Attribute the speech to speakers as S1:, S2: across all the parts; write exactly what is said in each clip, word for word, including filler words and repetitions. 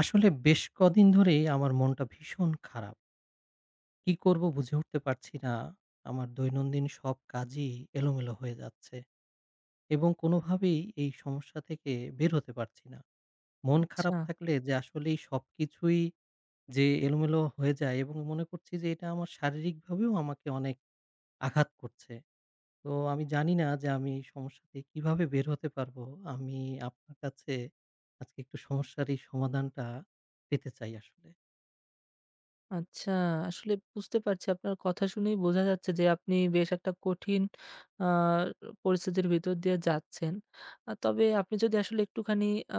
S1: আসলে বেশ কদিন ধরেই আমার মনটা ভীষণ খারাপ। কি করব বুঝে উঠতে পারছি না। আমার দৈনন্দিন সব কাজই এলোমেলো হয়ে যাচ্ছে এবং কোনোভাবেই এই সমস্যা থেকে বের হতে পারছি না। মন
S2: আচ্ছা,
S1: খারাপ থাকলে যে আসলেই সবকিছুই যে এলোমেলো হয়ে যায় এবং মনে করছি যে এটা আমার শারীরিকভাবেও আমাকে অনেক আঘাত করছে। তো আমি জানি না যে আমি এই সমস্যা থেকে কিভাবে বের হতে পারবো? আমি আপনার কাছে আজকে একটু সমস্যার এই সমাধানটা পেতে চাই আসলে।
S2: আচ্ছা। আসলে বুঝতে পারছি আপনার কথা শুনেই বোঝা যাচ্ছে যে আপনি বেশ একটা কঠিন আ পরিস্থিতির ভিতর দিয়ে যাচ্ছেন। আ তবে আপনি যদি আসলে একটুখানি আ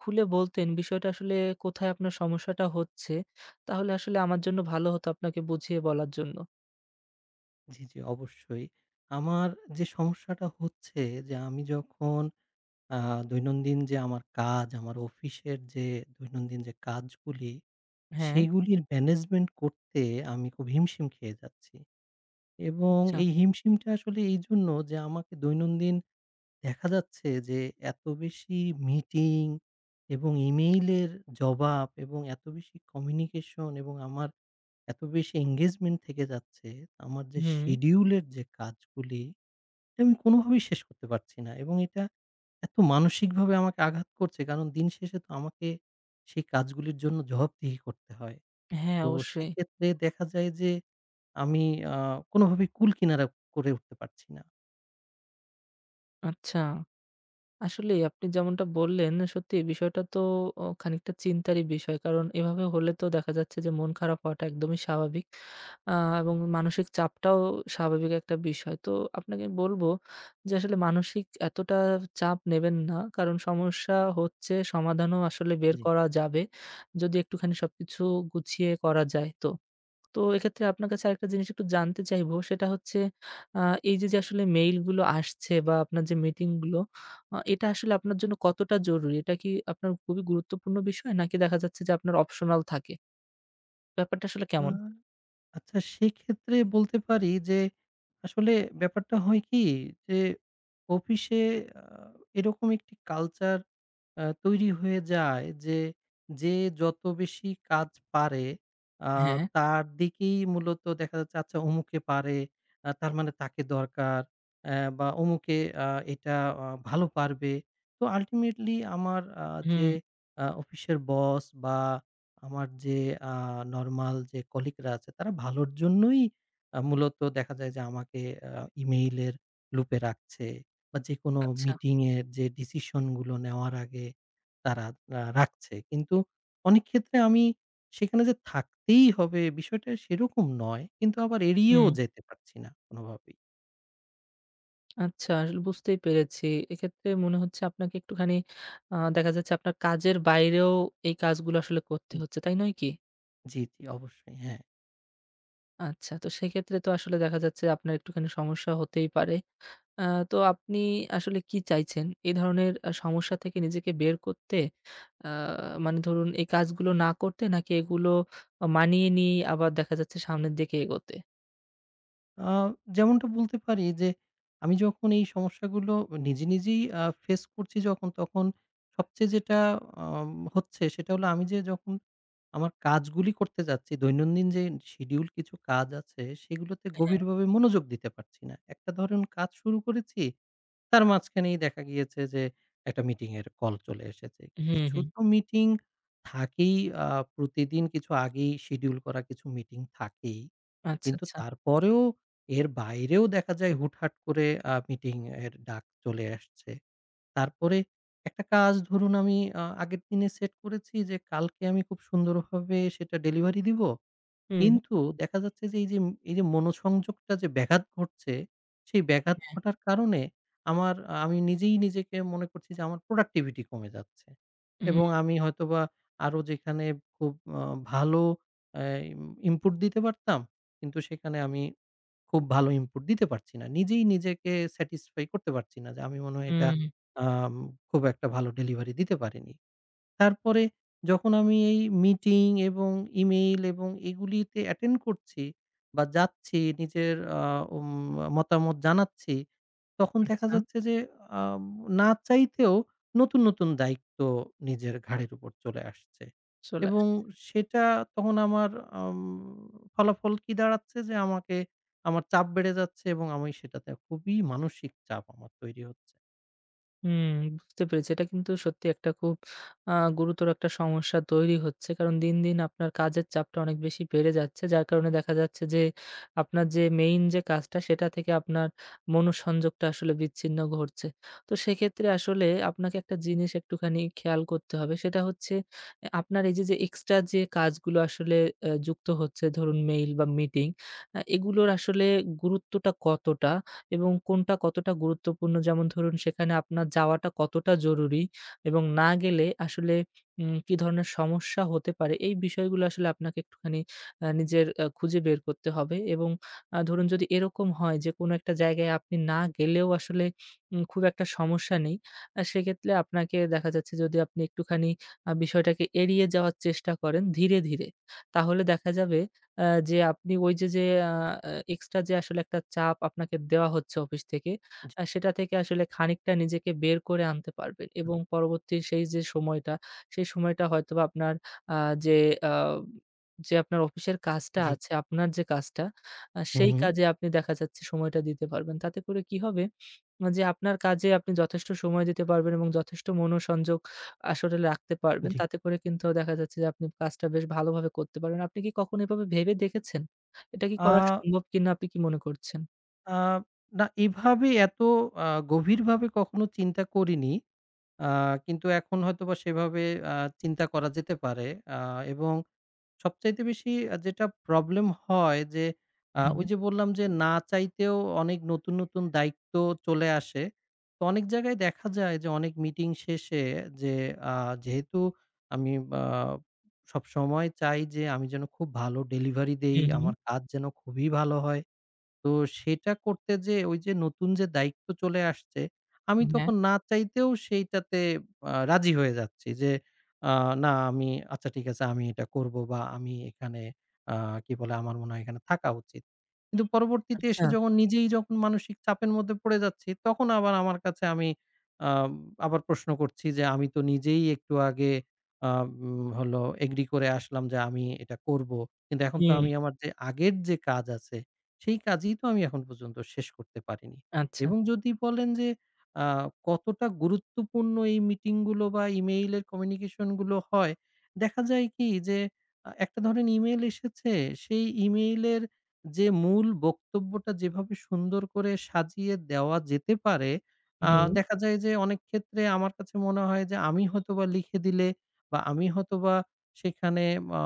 S2: খুলে বলতেন বিষয়টা আসলে কোথায় আপনার সমস্যাটা হচ্ছে, তাহলে আসলে আমার জন্য ভালো হতো আপনাকে বুঝিয়ে বলার জন্য।
S1: জি, জি অবশ্যই। আমার যে সমস্যাটা হচ্ছে যে আমি যখন আ দৈনন্দিন যে আমার কাজ, আমার অফিসের যে দৈনন্দিন যে কাজগুলি,
S2: হ্যাঁ।
S1: সেগুলির ম্যানেজমেন্ট করতে আমি খুব হিমশিম খেয়ে যাচ্ছি। এবং
S2: আচ্ছা।
S1: এই হিমশিমটা আসলে এইজন্য যে আমাকে দৈনন্দিন দেখা যাচ্ছে যে এত বেশি মিটিং এবং ইমেইলের জবাব এবং এত বেশি কমিউনিকেশন এবং আমার এত বেশি engagement থেকে যাচ্ছে, আমার যে
S2: হুম,
S1: schedule এর যে কাজগুলি, এটা আমি কোনোভাবেই শেষ করতে পারছি না এবং এটা এত মানসিকভাবে আমাকে আঘাত করছে। কারণ দিন শেষে তো আমাকে সেই কাজগুলির জন্য জবাবদিহি করতে হয়।
S2: হ্যাঁ
S1: তো
S2: অবশ্যই।
S1: সেক্ষেত্রে দেখা যায় যে আমি আ কোনোভাবেই কুল কিনারা করে উঠতে পারছি না।
S2: আচ্ছা। আসলেই আপনি যেমনটা বললেন, সত্যি এই বিষয়টা তো অ খানিকটা চিন্তারই বিষয়। কারণ এভাবে হলে তো দেখা যাচ্ছে যে মন খারাপ হওয়াটা একদমই স্বাভাবিক। আ এবং মানসিক চাপটাও স্বাভাবিক একটা বিষয়। তো আপনাকে বলব যে আসলে মানসিক এতটা চাপ নেবেন না। কারণ সমস্যা হচ্ছে সমাধানও আসলে বের
S1: জি।
S2: করা যাবে। যদি একটুখানি সবকিছু গুছিয়ে করা যায় তো। তো এক্ষেত্রে আপনার কাছে আরেকটা জিনিস একটু জানতে চাইবো সেটা হচ্ছে আ এই যে, যে আসলে মেইলগুলো আসছে বা আপনার যে মিটিংগুলো আ এটা আসলে আপনার জন্য কতটা জরুরি? এটা কি আপনার খুবই গুরুত্বপূর্ণ বিষয়? নাকি দেখা যাচ্ছে যে আপনার অপশনাল থাকে? ব্যাপারটা আসলে
S1: আ
S2: কেমন?
S1: আচ্ছা, সেক্ষেত্রে বলতে পারি যে, আসলে ব্যাপারটা হয় কি? যে, অফিসে আ এরকম একটি কালচার আ তৈরি হয়ে যায় যে, যে যত বেশি কাজ পারে, আ
S2: হ্যাঁ।
S1: তার দিকেই মূলত দেখা যাচ্ছে, আচ্ছা অমুকে পারে, আ তার মানে তাকে দরকার। অ্যা বা অমুকে আ এটা আ ভালো পারবে। তো আল্টিমেটলি আমার আ যে
S2: হুম,
S1: আ অফিসের বস বা আমার যে আ নরমাল যে কলিগরা আছে তারা ভালোর জন্যই আ মূলত দেখা যায় যে আমাকে আ ইমেইলের লুপে রাখছে বা যেকোনো
S2: আচ্ছা।
S1: মিটিং এর যে ডিসিশন গুলো নেওয়ার আগে তারা আ রাখছে। কিন্তু অনেক ক্ষেত্রে আমি সেখানে যে থাকতেই হবে বিষয়টা সেরকম নয়। কিন্তু আবার এড়িয়েও
S2: হুম,
S1: যেতে পারছি না কোনোভাবেই।
S2: আচ্ছা আসলে বুঝতেই পেরেছি। এক্ষেত্রে মনে হচ্ছে আপনাকে একটুখানি আ দেখা যাচ্ছে আপনার কাজের বাইরেও এই কাজগুলো আসলে করতে হচ্ছে। তাই নয় কি?
S1: জি, জি অবশ্যই। হ্যাঁ।
S2: আচ্ছা, তো সেক্ষেত্রে তো আসলে দেখা যাচ্ছে আপনার একটুখানি সমস্যা হতেই পারে। আ তো আপনি আসলে কি চাইছেন? এই ধরনের আ সমস্যা থেকে নিজেকে বের করতে আ মানে ধরুন এই কাজগুলো না করতে নাকি এগুলো আ মানিয়ে নিয়ে আবার দেখা যাচ্ছে সামনের দিকে এগোতে?
S1: আ যেমনটা বলতে পারি যে, আমি যখন এই সমস্যাগুলো নিজে, নিজেই আ ফেস করছি যখন, তখন সবচেয়ে যেটা আম হচ্ছে সেটা হলো আমি যে যখন আমার কাজগুলি করতে যাচ্ছি, দৈনন্দিন যে শিডিউল কিছু কাজ আছে, সেগুলোতে গভীরভাবে মনোযোগ দিতে পারছি না। একটা ধরুন কাজ শুরু করেছি, তার মাঝখানেই দেখা গিয়েছে যে একটা মিটিংয়ের কল চলে এসেছে।
S2: হুম,
S1: কিছু
S2: হুম।
S1: তো মিটিং থাকেই আ প্রতিদিন কিছু আগেই শিডিউল করা কিছু মিটিং থাকেই।
S2: আচ্ছা,
S1: কিন্তু
S2: আচ্ছা।
S1: তারপরেও এর বাইরেও দেখা যায় হুটহাট করে আ মিটিং এর ডাক চলে আসছে। তারপরে একটা কাজ ধরুন আমি আ আগের দিনে সেট করেছি যে কালকে আমি খুব সুন্দরভাবে সেটা ডেলিভারি দিব।
S2: হুম,
S1: কিন্তু দেখা যাচ্ছে যে এই যে এই যে মনোসংযোগটা যে ব্যাঘাত ঘটছে, সেই ব্যাঘাত
S2: হ্যাঁ।
S1: ঘটার কারণে আমার আমি নিজেই নিজেকে মনে করছি যে আমার প্রোডাক্টিভিটি কমে যাচ্ছে।
S2: হুম,
S1: এবং আমি হয়তোবা আরো যেখানে খুব আ ভালো আ ইনপুট দিতে পারতাম, কিন্তু সেখানে আমি খুব ভালো ইনপুট দিতে পারছি না। নিজেই নিজেকে স্যাটিসফাই করতে পারছি না যে আমি মনে হয় এটা
S2: হুম।
S1: আম খুব একটা ভালো ডেলিভারি দিতে পারিনি। তারপরে যখন আমি এই মিটিং এবং ইমেইল এবং এগুলিতে অ্যাটেন্ড করছি বা যাচ্ছি নিজের আ উম মতামত জানাচ্ছি, তখন দেখা
S2: আচ্ছা,
S1: যাচ্ছে যে আ না চাইতেও নতুন, নতুন দায়িত্ব নিজের ঘাড়ের উপর চলে আসছে
S2: চলে
S1: এবং
S2: আসছে।
S1: সেটা তখন আমার আম ফলাফল কি দাঁড়াচ্ছে যে আমাকে আমার চাপ বেড়ে যাচ্ছে এবং আমি সেটাতে খুবই মানসিক চাপ আমার তৈরি হচ্ছে।
S2: হুম, বুঝতে পেরেছি। এটা কিন্তু সত্যি একটা খুব আ গুরুতর একটা সমস্যা তৈরি হচ্ছে। কারণ দিন, দিন আপনার কাজের চাপটা অনেক বেশি বেড়ে যাচ্ছে। যার কারণে দেখা যাচ্ছে যে আপনার যে মেইন যে কাজটা সেটা থেকে আপনার মনোসংযোগটা আসলে বিচ্ছিন্ন ঘটছে। তো সেক্ষেত্রে আসলে আপনাকে একটা জিনিস একটুখানি খেয়াল করতে হবে। সেটা হচ্ছে অ্যা আপনার এই যে, যে এক্সট্রা যে কাজগুলো আসলে অ্যা যুক্ত হচ্ছে ধরুন মেইল বা মিটিং, আ এগুলোর আসলে গুরুত্বটা কতটা? এবং কোনটা কতটা গুরুত্বপূর্ণ যেমন ধরুন সেখানে আপনার যাওয়াটা কতটা জরুরি এবং না গেলে আসলে উম কি ধরনের সমস্যা হতে পারে এই বিষয়গুলো আসলে আপনাকে একটুখানি আ নিজের আ খুঁজে বের করতে হবে এবং আ ধরুন যদি এরকম হয় যে কোনো একটা জায়গায় আপনি না গেলেও আসলে উম খুব একটা সমস্যা নেই, আ সেক্ষেত্রে আপনাকে দেখা যাচ্ছে যদি আপনি একটুখানি আ বিষয়টাকে এড়িয়ে যাওয়ার চেষ্টা করেন ধীরে, ধীরে তাহলে দেখা যাবে আ যে আপনি ওই যে, যে আ আ এক্সট্রা যে আসলে একটা চাপ আপনাকে দেওয়া হচ্ছে অফিস থেকে,
S1: জি,
S2: আ সেটা থেকে আসলে খানিকটা নিজেকে বের করে আনতে পারবেন এবং পরবর্তী সেই যে সময়টা, সেই সময়টা হয়তোবা আপনার আ যে আ যে আপনার অফিসের কাজটা
S1: জি।
S2: আছে, আপনার যে কাজটা, আ
S1: হুম,
S2: সেই
S1: হুম।
S2: কাজে আপনি দেখা যাচ্ছে সময়টা দিতে পারবেন। তাতে করে কি হবে? যে আপনার কাজে আপনি যথেষ্ট সময় দিতে পারবেন এবং যথেষ্ট মনোসংযোগ আসলে রাখতে পারবেন।
S1: জি।
S2: তাতে করে কিন্তু দেখা যাচ্ছে যে আপনি কাজটা বেশ ভালোভাবে করতে পারবেন। আপনি কি কখনো এভাবে ভেবে দেখেছেন? এটা কি
S1: আ
S2: করা সম্ভব কিনা আপনি কি মনে করছেন?
S1: আ না এভাবে এত আ গভীরভাবে কখনো চিন্তা করিনি। আ কিন্তু এখন হয়তোবা সেভাবে আ চিন্তা করা যেতে পারে। আ এবং সবচাইতে বেশি আ যেটা প্রবলেম হয় যে আ
S2: হ্যাঁ,
S1: ওই যে বললাম যে না চাইতেও অনেক নতুন, নতুন দায়িত্ব চলে আসে। তো অনেক জায়গায় দেখা যায় যে অনেক মিটিং শেষে যে আ যেহেতু আমি আ সবসময় চাই যে আমি যেন খুব ভালো ডেলিভারি দেই,
S2: হুম, হুম,
S1: আমার কাজ যেন খুবই ভালো হয়। তো সেটা করতে যেয়ে ওই যে নতুন যে দায়িত্ব চলে আসছে, আমি
S2: হ্যাঁ,
S1: তখন না চাইতেও সেইটাতে আ রাজি হয়ে যাচ্ছি যে, আ না আমি আচ্ছা ঠিক আছে আমি এটা করব বা আমি এখানে আ কি বলে আমার মনে হয় এখানে থাকা উচিত। কিন্তু পরবর্তীতে
S2: আচ্ছা,
S1: এসে যখন নিজেই যখন মানসিক চাপের মধ্যে পড়ে যাচ্ছি, তখন আবার আমার কাছে আমি আ আবার প্রশ্ন করছি যে, আমি তো নিজেই একটু আগে আ উম হলো এগ্রি করে আসলাম যে আমি এটা করব। কিন্তু এখন তো
S2: হুম,
S1: আমি আমার যে আগের যে কাজ আছে সেই কাজই তো আমি এখন পর্যন্ত শেষ করতে পারিনি।
S2: আচ্ছা,
S1: এবং যদি বলেন যে আ কতটা গুরুত্বপূর্ণ এই মিটিংগুলো বা ইমেইলের কমিউনিকেশনগুলো হয়, দেখা যায় কি যে আ একটা ধরেন ইমেইল এসেছে, সেই ইমেইলের যে মূল বক্তব্যটা যেভাবে সুন্দর করে সাজিয়ে দেওয়া যেতে পারে, আ
S2: হুম,
S1: দেখা যায় যে অনেক ক্ষেত্রে আমার কাছে মনে হয় যে আমি হয়তোবা লিখে দিলে বা আমি হয়তোবা সেখানে আ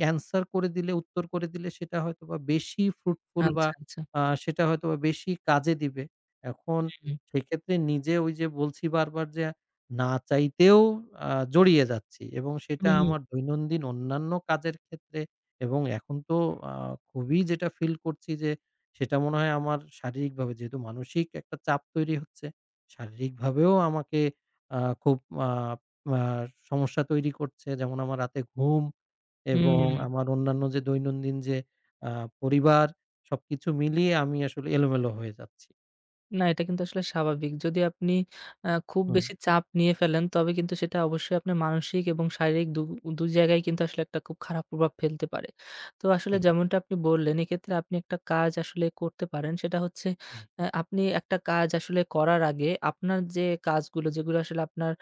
S1: অ্যান্সার করে দিলে, উত্তর করে দিলে সেটা হয়তোবা বেশি ফ্রুটফুল বা
S2: আচ্ছা, আচ্ছা,
S1: আ সেটা হয়তোবা বেশি কাজে দিবে। এখন
S2: হুম,
S1: সেক্ষেত্রে নিজে ওই যে বলছি বারবার যে না চাইতেও আ জড়িয়ে যাচ্ছি এবং সেটা
S2: হুম,
S1: আমার দৈনন্দিন অন্যান্য কাজের ক্ষেত্রে এবং এখন তো আ খুবই যেটা ফিল করছি যে সেটা মনে হয় আমার শারীরিকভাবে যেহেতু মানসিক একটা চাপ তৈরি হচ্ছে, শারীরিকভাবেও আমাকে আ খুব আ আ সমস্যা তৈরি করছে। যেমন আমার রাতে ঘুম
S2: হুম।
S1: এবং আমার অন্যান্য যে দৈনন্দিন যে আ পরিবার সবকিছু মিলিয়ে আমি আসলে এলোমেলো হয়ে যাচ্ছি।
S2: না, এটা কিন্তু আসলে স্বাভাবিক। যদি আপনি আ খুব
S1: হুম,
S2: বেশি চাপ নিয়ে ফেলেন, তবে কিন্তু সেটা অবশ্যই আপনার মানসিক এবং শারীরিক দু দুই জায়গায় কিন্তু আসলে একটা খুব খারাপ প্রভাব ফেলতে পারে। তো আসলে
S1: জি,
S2: যেমনটা আপনি বললেন, এক্ষেত্রে আপনি একটা কাজ আসলে করতে পারেন। সেটা হচ্ছে
S1: জি,
S2: আ আপনি একটা কাজ আসলে করার আগে আপনার যে কাজগুলো, যেগুলো আসলে আপনার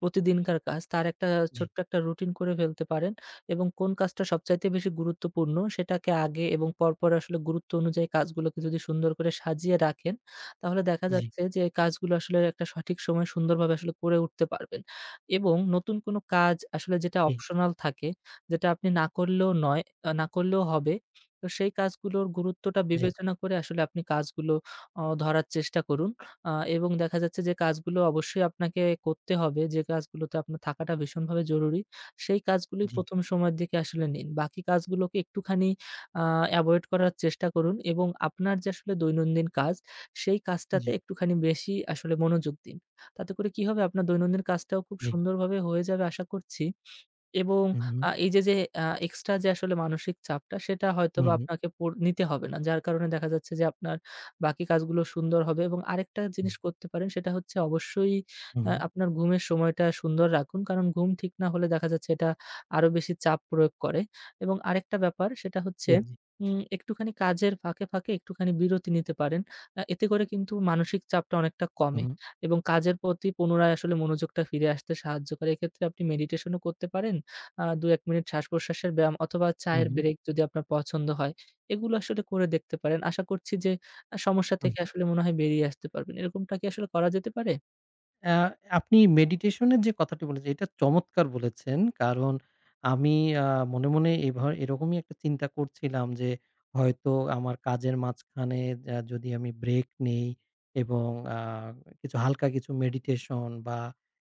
S2: প্রতিদিনকার কাজ, তার একটা
S1: জি,
S2: ছোট্ট একটা রুটিন করে ফেলতে পারেন এবং কোন কাজটা সবচাইতে বেশি গুরুত্বপূর্ণ, সেটাকে আগে এবং পরপর আসলে গুরুত্ব অনুযায়ী কাজগুলোকে যদি সুন্দর করে সাজিয়ে রাখেন, তাহলে দেখা
S1: জি,
S2: যাচ্ছে যে কাজগুলো আসলে একটা সঠিক সময়ে সুন্দরভাবে আসলে করে উঠতে পারবেন। এবং নতুন কোনো কাজ আসলে যেটা
S1: জি,
S2: অপশনাল থাকে, যেটা আপনি না করলেও নয়, আ না করলেও হবে। তো সেই কাজগুলোর গুরুত্বটা
S1: জি,
S2: বিবেচনা করে আসলে আপনি কাজগুলো অ ধরার চেষ্টা করুন। আ এবং দেখা যাচ্ছে যে কাজগুলো অবশ্যই আপনাকে করতে হবে, যে কাজগুলোতে আপনার থাকাটা ভীষণভাবে জরুরি, সেই কাজগুলোই
S1: জি,
S2: ১ম সময়ের দিকে আসলে নিন। বাকি কাজগুলোকে একটুখানি আ এভয়েড করার চেষ্টা করুন এবং আপনার যে আসলে দৈনন্দিন কাজ সেই কাজটাতে
S1: জি,
S2: একটুখানি বেশি আসলে মনোযোগ দিন। তাতে করে কি হবে আপনার দৈনন্দিন কাজটাও খুব
S1: জি।
S2: সুন্দরভাবে হয়ে যাবে আশা করছি। এবং
S1: হু, হু,
S2: আ এই যে, যে আ এক্সট্রা যে আসলে মানসিক চাপটা সেটা
S1: হু,
S2: হয়তোবা
S1: হু,
S2: আপনাকে পর নিতে হবে না। যার কারণে দেখা যাচ্ছে যে আপনার বাকি কাজগুলো সুন্দর হবে এবং আরেকটা জিনিস করতে পারেন সেটা হচ্ছে অবশ্যই
S1: হু,
S2: আ
S1: হু,
S2: আপনার ঘুমের সময়টা সুন্দর রাখুন। কারণ ঘুম ঠিক না হলে দেখা যাচ্ছে এটা আরো বেশি চাপ প্রয়োগ করে এবং আরেকটা ব্যাপার সেটা হচ্ছে
S1: জি, জি।
S2: উম একটুখানি কাজের ফাঁকে, ফাঁকে একটুখানি বিরতি নিতে পারেন। আ এতে করে কিন্তু মানসিক চাপটা অনেকটা
S1: হু,
S2: কমে
S1: হু,
S2: এবং কাজের প্রতি পুনরায় আসলে মনোযোগটা ফিরে আসতে সাহায্য করে। এক্ষেত্রে আপনি মেডিটেশনও করতে পারেন। আ দুই এক মিনিট শ্বাস-প্রশ্বাসের ব্যায়াম অথবা
S1: হু,
S2: চায়ের হুম।
S1: হু,
S2: ব্রেক যদি আপনার পছন্দ হয়, এগুলো আসলে করে দেখতে পারেন। আশা করছি যে আ সমস্যা
S1: হু।
S2: থেকে আসলে মনে হয় বেরিয়ে আসতে পারবেন। এরকমটা কি আসলে করা যেতে পারে?
S1: আ আপনি মেডিটেশন এর যে কথাটি বলেছেন, এটা চমৎকার বলেছেন। কারণ আমি আ মনে, মনে এভা এরকমই একটা চিন্তা করছিলাম যে, হয়তো আমার কাজের মাঝখানে আ যদি আমি ব্রেক নেই এবং আ কিছু হালকা কিছু মেডিটেশন বা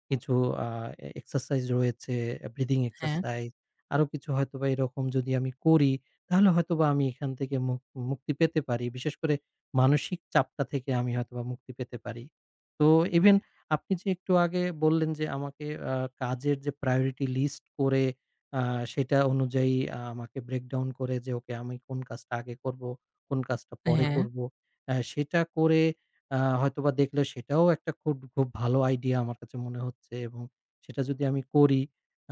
S1: কিছু আ এ এক্সারসাইজ রয়েছে, ব্রিথিং
S2: হ্যাঁ,
S1: এক্সারসাইজ আরো কিছু হয়তোবা এরকম যদি আমি করি, তাহলে হয়তোবা আমি এখান থেকে মুক মুক্তি পেতে পারি। বিশেষ করে মানসিক চাপটা থেকে আমি হয়তোবা মুক্তি পেতে পারি। তো ইভেন আপনি যে একটু আগে বললেন যে আমাকে আ কাজের যে প্রায়োরিটি লিস্ট করে আ সেটা অনুযায়ী আ আমাকে ব্রেকডাউন করে যে ওকে আমি কোন কাজটা আগে করব, কোন কাজটা পরে
S2: হ্যাঁ।
S1: করব। আ সেটা করে আ হয়তোবা দেখলে সেটাও একটা খুব, খুব ভালো আইডিয়া আমার কাছে মনে হচ্ছে এবং সেটা যদি আমি করি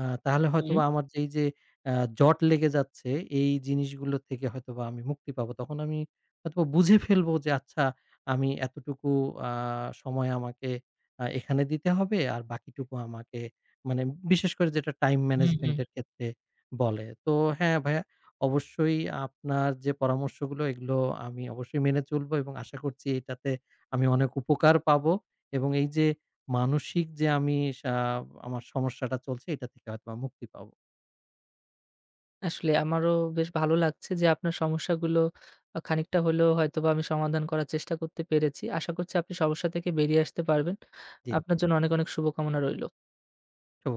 S1: আ তাহলে
S2: হুম,
S1: হয়তোবা আমার এই যে আ জট লেগে যাচ্ছে এই জিনিসগুলো থেকে হয়তোবা আমি মুক্তি পাবো। তখন আমি হয়তোবা বুঝে ফেলবো যে আচ্ছা আমি এতটুকু আ সময় আমাকে আ এখানে দিতে হবে আর বাকিটুকু আমাকে মানে বিশেষ করে যেটা টাইম
S2: হুম,
S1: ম্যানেজমেন্ট
S2: হুম।
S1: এর ক্ষেত্রে বলে। তো হ্যাঁ, ভাইয়া অবশ্যই আপনার যে পরামর্শগুলো এগুলো আমি অবশ্যই মেনে চলবো এবং আশা করছি এটাতে আমি অনেক উপকার পাবো এবং এই যে মানসিক যে আমি সা আমার সমস্যাটা চলছে এটা থেকে হয়তোবা মুক্তি পাবো।
S2: আসলে আমারও বেশ ভালো লাগছে যে আপনার সমস্যাগুলো আ খানিকটা হলেও হয়তোবা আমি সমাধান করার চেষ্টা করতে পেরেছি। আশা করছি আপনি সমস্যা থেকে বেরিয়ে আসতে পারবেন।
S1: জি, জি।
S2: আপনার জন্য অনেক, অনেক শুভকামনা রইল।
S1: শুভ